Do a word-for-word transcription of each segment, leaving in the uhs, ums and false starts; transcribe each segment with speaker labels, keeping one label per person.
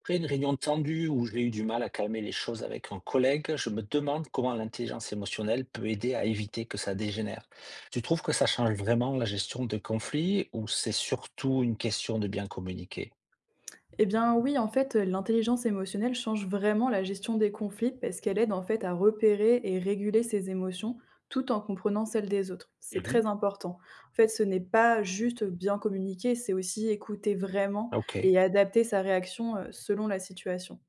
Speaker 1: Après une réunion tendue où j'ai eu du mal à calmer les choses avec un collègue, je me demande comment l'intelligence émotionnelle peut aider à éviter que ça dégénère. Tu trouves que ça change vraiment la gestion de conflits ou c'est surtout une question de bien communiquer?
Speaker 2: Eh bien oui, en fait, l'intelligence émotionnelle change vraiment la gestion des conflits parce qu'elle aide en fait à repérer et réguler ses émotions tout en comprenant celles des autres. C'est
Speaker 1: Mhm.
Speaker 2: très important. En fait, ce n'est pas juste, bien communiquer, c'est aussi écouter vraiment
Speaker 1: Ok.
Speaker 2: et adapter sa réaction, heu, selon la situation.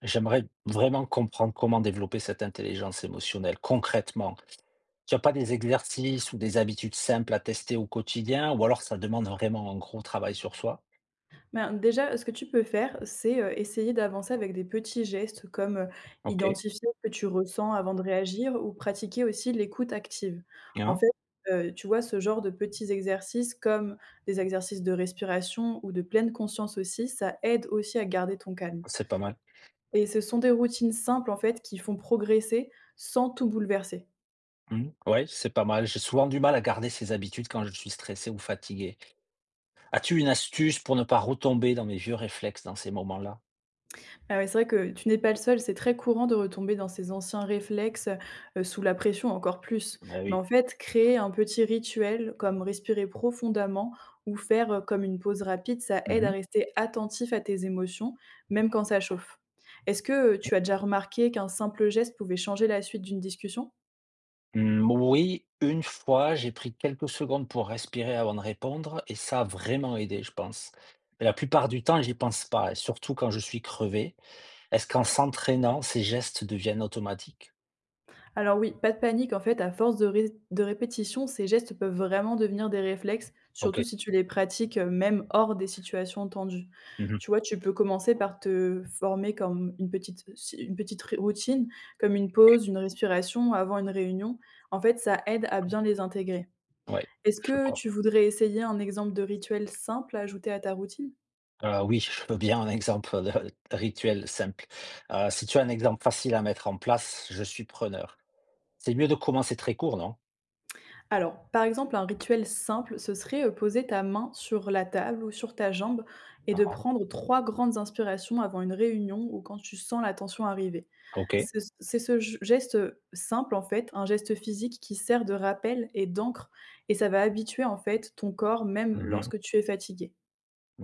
Speaker 1: J'aimerais vraiment comprendre comment développer cette intelligence émotionnelle concrètement. Tu n'as pas des exercices ou des habitudes simples à tester au quotidien, ou alors ça demande vraiment un gros travail sur soi?
Speaker 2: Ben, déjà, ce que tu peux faire, c'est, heu, essayer d'avancer avec des petits gestes comme, heu,
Speaker 1: Ok.
Speaker 2: identifier ce que tu ressens avant de réagir ou pratiquer aussi l'écoute active. En
Speaker 1: Hein?
Speaker 2: fait, heu, tu vois, ce genre de petits exercices comme des exercices de respiration ou de pleine conscience aussi, ça aide aussi à garder ton calme
Speaker 1: C'est pas mal.
Speaker 2: et ce sont des routines simples, en fait, qui font progresser sans tout bouleverser.
Speaker 1: Mmh. Ouais, c'est pas mal. J'ai souvent du mal à garder ces habitudes quand je suis stressé ou fatigué. As-tu une astuce pour ne pas retomber dans mes vieux réflexes dans ces moments-là?
Speaker 2: Ah ouais, c'est vrai que tu n'es pas le seul, c'est très courant de retomber dans ces anciens réflexes, heu, sous la pression encore plus.
Speaker 1: Ouais,
Speaker 2: Mais
Speaker 1: oui.
Speaker 2: en fait, créer un petit rituel comme respirer profondément ou faire, heu, comme une pause rapide, ça aide à
Speaker 1: Mhm.
Speaker 2: rester attentif à tes émotions, même quand ça chauffe. Est-ce que, heu, tu as déjà remarqué qu'un simple geste pouvait changer la suite d'une discussion?
Speaker 1: Mm, oui, une fois, j'ai pris quelques secondes pour respirer avant de répondre et ça a vraiment aidé, je pense. Mais la plupart du temps, j'y pense pas, et surtout quand je suis crevé. Est-ce qu'en s'entraînant, ces gestes deviennent automatiques?
Speaker 2: Alors oui, pas de panique, en fait, à force de, ré- de répétition, ces gestes peuvent vraiment devenir des réflexes, surtout
Speaker 1: Ok.
Speaker 2: si tu les pratiques euh, même hors des situations tendues.
Speaker 1: Mhm.
Speaker 2: Tu vois, tu peux commencer par te former comme une petite, si- une petite ri- routine, comme une pause, une respiration avant une réunion. En fait, ça aide à bien les intégrer.
Speaker 1: Ouais,
Speaker 2: Est-ce
Speaker 1: je sais
Speaker 2: que
Speaker 1: pas.
Speaker 2: tu voudrais essayer un exemple de rituel simple à ajouter à ta routine?
Speaker 1: Heu, oui, je veux bien un exemple de rituel simple. Heu, si tu as un exemple facile à mettre en place, je suis preneur. C'est mieux de commencer très court, non?
Speaker 2: Alors, par exemple, un rituel simple, ce serait euh, poser ta main sur la table ou sur ta jambe et de
Speaker 1: Mmh.
Speaker 2: prendre trois grandes inspirations avant une réunion ou quand tu sens la tension arriver.
Speaker 1: OK.
Speaker 2: Ce- C'est ce ge- geste simple, en fait, un geste physique qui sert de rappel et d'encre, et ça va habituer, en fait, ton corps, même
Speaker 1: Mmh mh.
Speaker 2: lorsque tu es fatigué.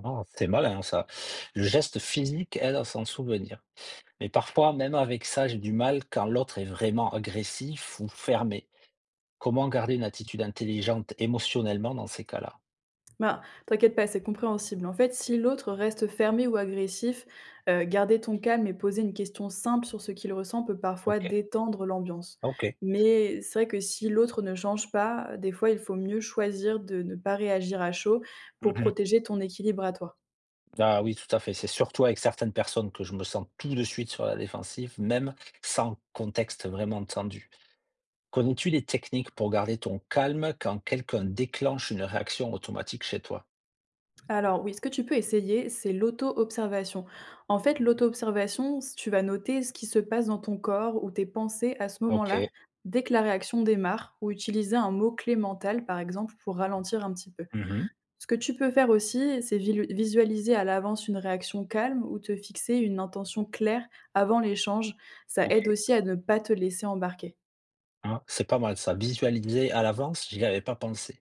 Speaker 1: Oh, c'est malin ça. Le geste physique aide à s'en souvenir. Mais parfois, même avec ça, j'ai du mal quand l'autre est vraiment agressif ou fermé. Comment garder une attitude intelligente émotionnellement dans ces cas-là?
Speaker 2: Bah, t'inquiète pas, c'est compréhensible. En fait, si l'autre reste fermé ou agressif, euh, garder ton calme et poser une question simple sur ce qu'il ressent peut parfois
Speaker 1: OK,
Speaker 2: détendre l'ambiance.
Speaker 1: OK.
Speaker 2: Mais c'est vrai que si l'autre ne change pas, des fois, il faut mieux choisir de ne pas réagir à chaud pour
Speaker 1: Mmh.
Speaker 2: protéger ton équilibre à toi.
Speaker 1: Ah oui, tout à fait. C'est surtout avec certaines personnes que je me sens tout de suite sur la défensive, même sans contexte vraiment tendu. Connais-tu des techniques pour garder ton calme quand quelqu'un déclenche une réaction automatique chez toi?
Speaker 2: Alors oui, ce que tu peux essayer, c'est l'auto-observation. En fait, l'auto-observation, s- tu vas noter ce qui se passe dans ton corps ou tes pensées à ce moment-là,
Speaker 1: Ok.
Speaker 2: dès que la réaction démarre, ou utiliser un mot-clé mental, par exemple, pour ralentir un petit peu.
Speaker 1: Mhm.
Speaker 2: Ce que tu peux faire aussi, c'est vilu- visualiser à l'avance une réaction calme ou te fixer une intention claire avant l'échange. Ça
Speaker 1: Ok.
Speaker 2: aide aussi à ne pas te laisser embarquer.
Speaker 1: Hein, c'est pas mal ça. Visualiser à l'avance, j'y avais pas pensé.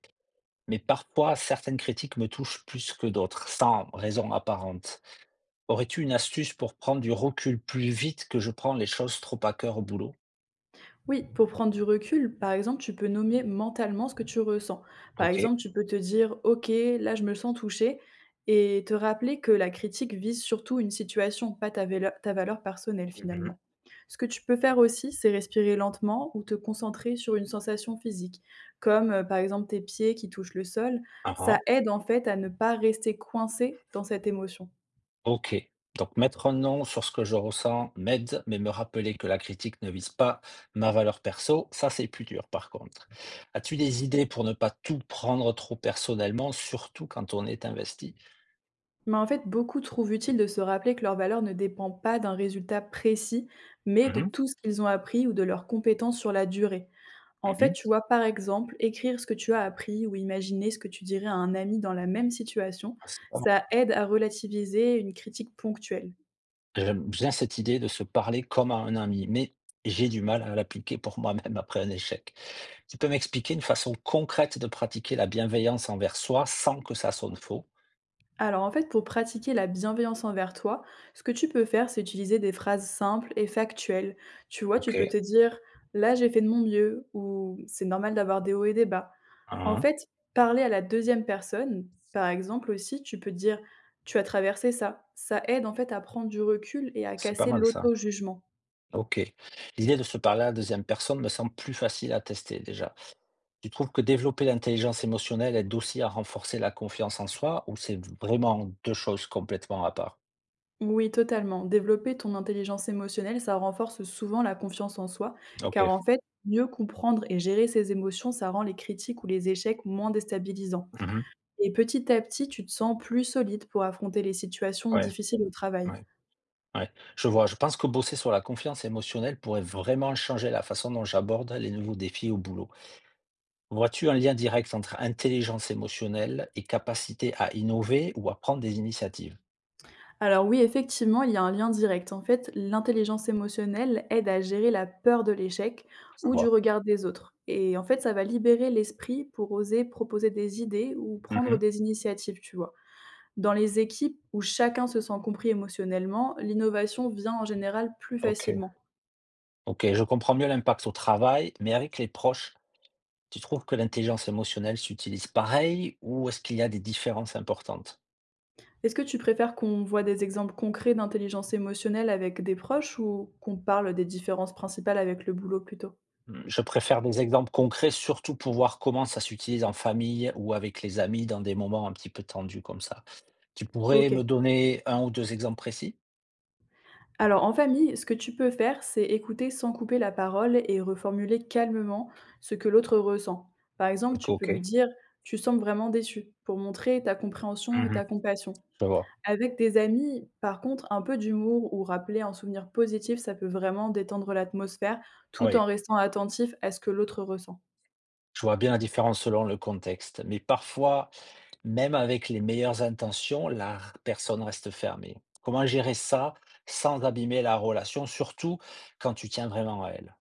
Speaker 1: Mais parfois, certaines critiques me touchent plus que d'autres, sans raison apparente. Aurais-tu une astuce pour prendre du recul plus vite que je prends les choses trop à cœur au boulot?
Speaker 2: Oui, pour prendre du recul, par exemple, tu peux nommer mentalement ce que tu ressens. Par
Speaker 1: Ok.
Speaker 2: exemple, tu peux te dire: «OK, là, je me sens touché» et te rappeler que la critique vise surtout une situation, pas ta véle ta valeur personnelle,
Speaker 1: Mhm.
Speaker 2: finalement. Ce que tu peux faire aussi, c'est respirer lentement ou te concentrer sur une sensation physique, comme, heu, par exemple, tes pieds qui touchent le sol.
Speaker 1: Ah
Speaker 2: Ça
Speaker 1: ah.
Speaker 2: aide, en fait, à ne pas rester coincé dans cette émotion.
Speaker 1: OK, donc mettre un nom sur ce que je ressens m'aide, mais me rappeler que la critique ne vise pas ma valeur perso, ça c'est plus dur par contre. As-tu des idées pour ne pas tout prendre trop personnellement, surtout quand on est investi?
Speaker 2: Mais en fait, beaucoup trouvent utile de se rappeler que leur valeur ne dépend pas d'un résultat précis, mais de
Speaker 1: Mhm,
Speaker 2: tout ce qu'ils ont appris ou de leurs compétences sur la durée. En fait,
Speaker 1: mhm.
Speaker 2: tu vois, par exemple, écrire ce que tu as appris ou imaginer ce que tu dirais à un ami dans la même situation,
Speaker 1: Ah, c'est pas mal.
Speaker 2: ça aide à relativiser une critique ponctuelle.
Speaker 1: J'aime bien cette idée de se parler comme à un ami, mais j'ai du mal à l'appliquer pour moi-même après un échec. Tu peux m'expliquer une façon concrète de pratiquer la bienveillance envers soi sans que ça sonne faux?
Speaker 2: Alors en fait, pour pratiquer la bienveillance envers toi, ce que tu peux faire, c'est utiliser des phrases simples et factuelles. Tu vois, tu peux
Speaker 1: OK,
Speaker 2: te dire, là j'ai fait de mon mieux, ou c'est normal d'avoir des hauts et des bas. En
Speaker 1: hein,
Speaker 2: fait, parler à la deuxième personne, par exemple aussi, tu peux dire: «Tu as traversé ça». Ça aide en fait à prendre du recul et à
Speaker 1: c'est pas
Speaker 2: casser
Speaker 1: mal ça.
Speaker 2: l'auto-jugement.
Speaker 1: OK. L'idée de se parler à la deuxième personne me semble plus facile à tester déjà. Tu trouves que développer l'intelligence émotionnelle aide aussi à renforcer la confiance en soi ou c'est vraiment deux choses complètement à part?
Speaker 2: Oui, totalement. Développer ton intelligence émotionnelle, ça renforce souvent la confiance en soi, car
Speaker 1: OK.
Speaker 2: en fait, mieux comprendre et gérer ses émotions, ça rend les critiques ou les échecs moins déstabilisants
Speaker 1: Mmh.
Speaker 2: et petit à petit, tu te sens plus solide pour affronter les situations
Speaker 1: Ouais,
Speaker 2: difficiles au travail.
Speaker 1: ouais, ouais. Je vois, je pense que bosser sur la confiance émotionnelle pourrait vraiment changer la façon dont j'aborde les nouveaux défis au boulot. Vois-tu un lien direct entre intelligence émotionnelle et capacité à innover ou à prendre des initiatives?
Speaker 2: Alors oui, effectivement, il y a un lien direct. En fait, l'intelligence émotionnelle aide à gérer la peur de l'échec
Speaker 1: Je
Speaker 2: ou du
Speaker 1: vois.
Speaker 2: regard des autres. Et en fait, ça va libérer l'esprit pour oser proposer des idées ou prendre
Speaker 1: Mmh.
Speaker 2: des initiatives, tu vois. Dans les équipes où chacun se sent compris émotionnellement, l'innovation vient en général plus
Speaker 1: OK.
Speaker 2: facilement.
Speaker 1: OK, je comprends mieux l'impact au travail, mais avec les proches, tu trouves que l'intelligence émotionnelle s'utilise pareil ou est-ce qu'il y a des différences importantes?
Speaker 2: Est-ce que tu préfères qu'on voit des exemples concrets d'intelligence émotionnelle avec des proches ou qu'on parle des différences principales avec le boulot plutôt?
Speaker 1: Hmm, je préfère des exemples concrets, surtout pour voir comment ça s'utilise en famille ou avec les amis dans des moments un petit peu tendus comme ça. Tu pourrais
Speaker 2: Ok.
Speaker 1: me donner un ou deux exemples précis?
Speaker 2: Alors en famille, ce que tu peux faire, c'est écouter sans couper la parole et reformuler calmement ce que l'autre ressent. Par exemple,
Speaker 1: Ok,
Speaker 2: tu peux
Speaker 1: ok.
Speaker 2: lui dire «Tu sembles vraiment déçu» pour montrer ta compréhension et
Speaker 1: Mhm.
Speaker 2: ta compassion.
Speaker 1: Je vois.
Speaker 2: Avec des amis, par contre, un peu d'humour ou rappeler un souvenir positif, ça peut vraiment détendre l'atmosphère tout
Speaker 1: Oui.
Speaker 2: en restant attentif à ce que l'autre ressent.
Speaker 1: Je vois bien la différence selon le contexte. Mais parfois, même avec les meilleures intentions, la r- personne reste fermée. Comment gérer ça sans abîmer la relation, surtout quand tu tiens vraiment à elle?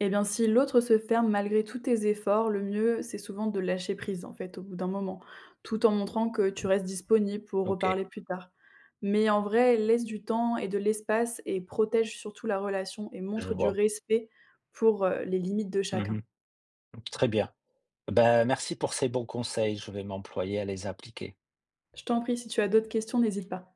Speaker 2: Eh bien, si l'autre se ferme malgré tous tes efforts, le mieux, c'est souvent de lâcher prise, en fait, au bout d'un moment, tout en montrant que tu restes disponible pour
Speaker 1: Ok,
Speaker 2: reparler plus tard. Mais en vrai, laisse du temps et de l'espace et protège surtout la relation et
Speaker 1: je
Speaker 2: montre du
Speaker 1: vois.
Speaker 2: respect pour euh, les limites de chacun.
Speaker 1: Mmh. Très bien. Ben merci pour ces bons conseils, je vais m'employer à les appliquer.
Speaker 2: Je t'en prie, si tu as d'autres questions, n'hésite pas.